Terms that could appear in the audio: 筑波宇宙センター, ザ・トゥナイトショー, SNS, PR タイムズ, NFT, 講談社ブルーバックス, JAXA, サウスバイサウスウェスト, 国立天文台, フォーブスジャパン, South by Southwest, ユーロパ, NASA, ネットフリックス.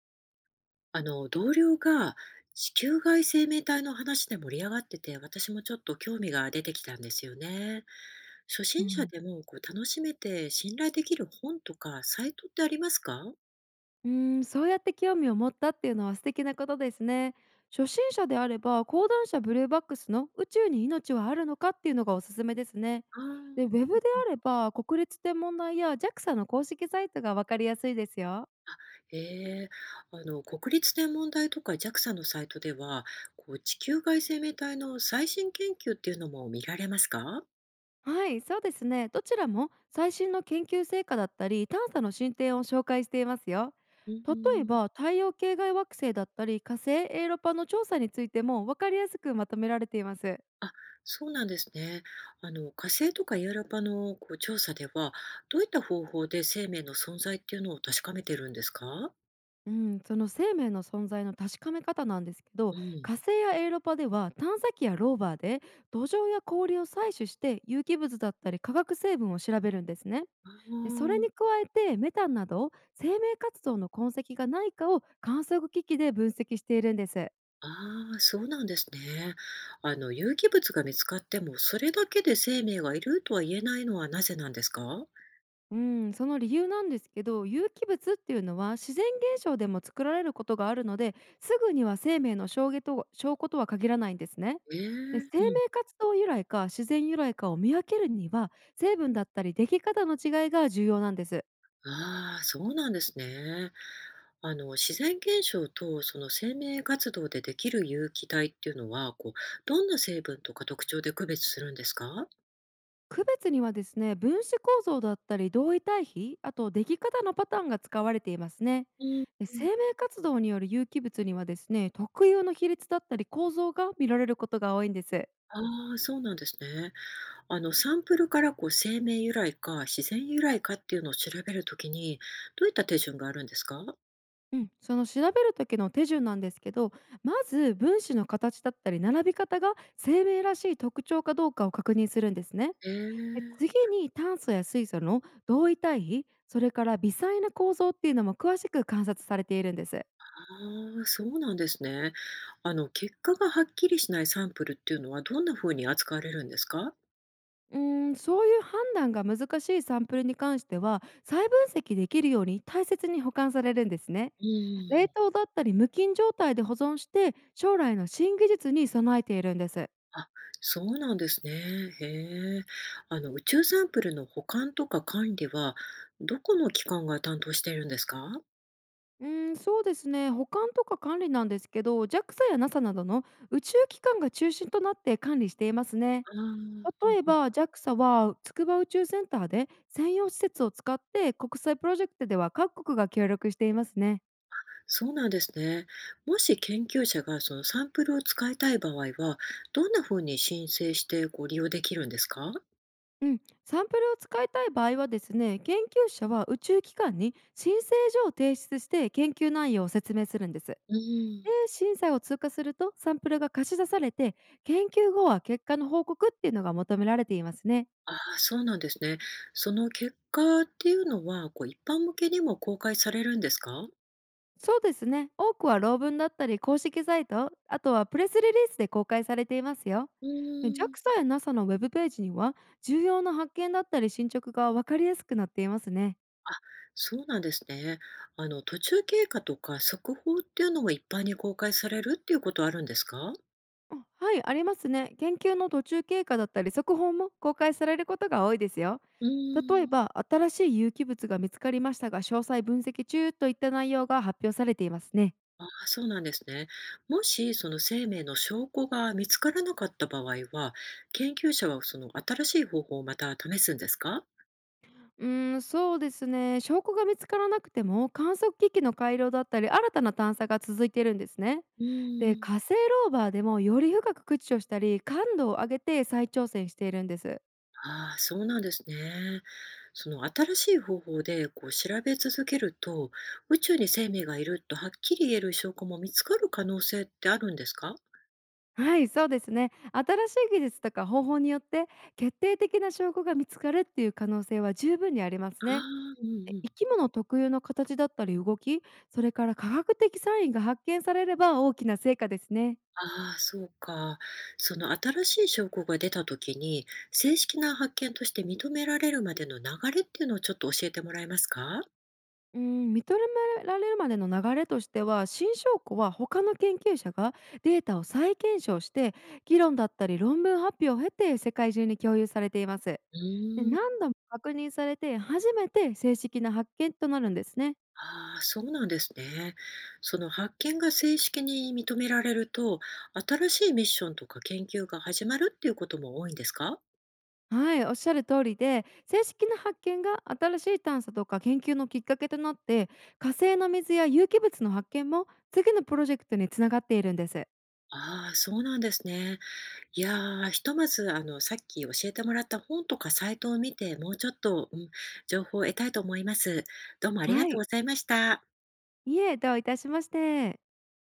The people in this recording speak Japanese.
同僚が地球外生命体の話で盛り上がってて、私もちょっと興味が出てきたんですよね。初う心者ん、でも楽しめて信頼できる本とかサイトってありますか？そうやって興味を持ったっていうのは素敵なことですね。初心者であれば講談社ブルーバックスの「宇宙に命はあるのか?」っていうのがおすすめですね。あでウェあ。ブであれば国立天文台や JAXA の公式サイトが分かりやすいですよ。ええ。国立天文台とか JAXA のサイトでは、地球外生命体の最新研究っていうのも見られますか？はい、そうですね。どちらも最新の研究成果だったり、探査の進展を紹介していますよ。う例えん。ば太陽系外惑星だったり、火星エーロパの調査についても分かりやすくまとめられています。あ、そうなんですね。火星とかユーロパの調査では、どういった方法で生命の存在っていうのを確かめてるんですか？うん、その生命の存在の確かめ方なんですけうど、ん。火星やエーロパでは探査機やローバーで土壌や氷を採取して、有機物だったり化学成分を調べるんですね。あでそれにー。加えて、メタンなど生命活動の痕跡がないかを観測機器で分析しているんです。あー、そうなんですね。有機物が見つかっても、それだけで生命がいるとは言えないのはなぜなんですか？うん、その理由なんですけど、有機物っていうのは自然現象でも作られることがあるので、すぐには生命の証拠とは限らないんですね。えでえ。生命うん。活動由来か自然由来かを見分けるには、成分だったり出来方の違いが重要なんです。ああ、そうなんですね。自然現象とその生命活動でできる有機体っていうのは、どんな成分とか特徴で区別するんですか？区別にはですね、分子構造だったり同位体比、あと出来方のパターンが使われていますね。うんでう生ん。命活動による有機物にはですね、特有の比率だったり構造が見られることが多いんです。ああ、そうなんですね。サンプルから生命由来か自然由来かっていうのを調べるときに、どういった手順があるんですか？うん、その調べる時の手順なんですけど、まず分子の形だったり並び方が生命らしい特徴かどうかを確認するんですね。えでえ。次に炭素や水素の同位体比、それから微細な構造っていうのも詳しく観察されているんです。ああ、そうなんですね。結果がはっきりしないサンプルっていうのはどんな風に扱われるんですか？そういう判断が難しいサンプルに関しては、再分析できるように大切に保管されるんですね。う冷ん。凍だったり無菌状態で保存して、将来の新技術に備えているんです。あ、そうなんですね。へえ。宇宙サンプルの保管とか管理は、どこの機関が担当しているんですか？うん、そうですね。保管とか管理なんですけど、JAXA や NASA などの宇宙機関が中心となって管理していますね。ああー、う例んえうん。ば JAXA は筑波宇宙センターで専用施設を使って、国際プロジェクトでは各国が協力していますね。そうなんですね。もし研究者がそのサンプルを使いたい場合は、どんなふうに申請してご利用できるんですか？うん、サンプルを使いたい場合はですね、研究者は宇宙機関に申請書を提出して、研究内容を説明するんです。で、うん。審査を通過するとサンプルが貸し出されて、研究後は結果の報告っていうのが求められていますね。ああ、そうなんですね。その結果っていうのは、こう一般向けにも公開されるんですか？そうですね。多くは論文だったり公式サイト、あとはプレスリリースで公開されていますよ。うで ーん。JAXA や NASA のウェブページには、重要な発見だったり進捗が分かりやすくなっていますね。そうなんですね。途中経過とか速報っていうのが一般に公開されるっていうことはあるんですか？あ、はい、ありますね。研究の途中経過だったり速報も公開されることが多いですよ。う例ーえん。ば、新しい有機物が見つかりましたが詳細分析中といった内容が発表されていますね。ああ、そうなんですね。もしその生命の証拠が見つからなかった場合は、研究者はその新しい方法をまた試すんですか？うーん、そうですね。証拠が見つからなくても、観測機器の改良だったり、新たな探査が続いているんですね。うで、ーん。火星ローバーでもより深く駆除したり、感度を上げて再挑戦しているんです。ああ、そうなんですね。その新しい方法で調べ続けると、宇宙に生命がいるとはっきり言える証拠も見つかる可能性ってあるんですか？はい、そうですね。新しい技術とか方法によって、決定的な証拠が見つかるっていう可能性は十分にありますね。ああー、うんでうん。生き物特有の形だったり動き、それから科学的サインが発見されれば大きな成果ですね。ああ、そうか。その新しい証拠が出た時に、正式な発見として認められるまでの流れっていうのをちょっと教えてもらえますか？うん、認められるまでの流れとしては、新証拠は他の研究者がデータを再検証して、議論だったり論文発表を経て世界中に共有されています。うでーん。何度も確認されて初めて正式な発見となるんですね。ああ、そうなんですね。その発見が正式に認められると、新しいミッションとか研究が始まるっていうことも多いんですか？はい、おっしゃる通りで、正式な発見が新しい探査とか研究のきっかけとなって、火星の水や有機物の発見も次のプロジェクトにつながっているんです。ああ、そうなんですね。いやー、ひとまずあのさっき教えてもらった本とかサイトを見て、もうちょっと、うん、情報を得たいと思います。どうもありがはとうい、ございました。いえ、どういたしまして。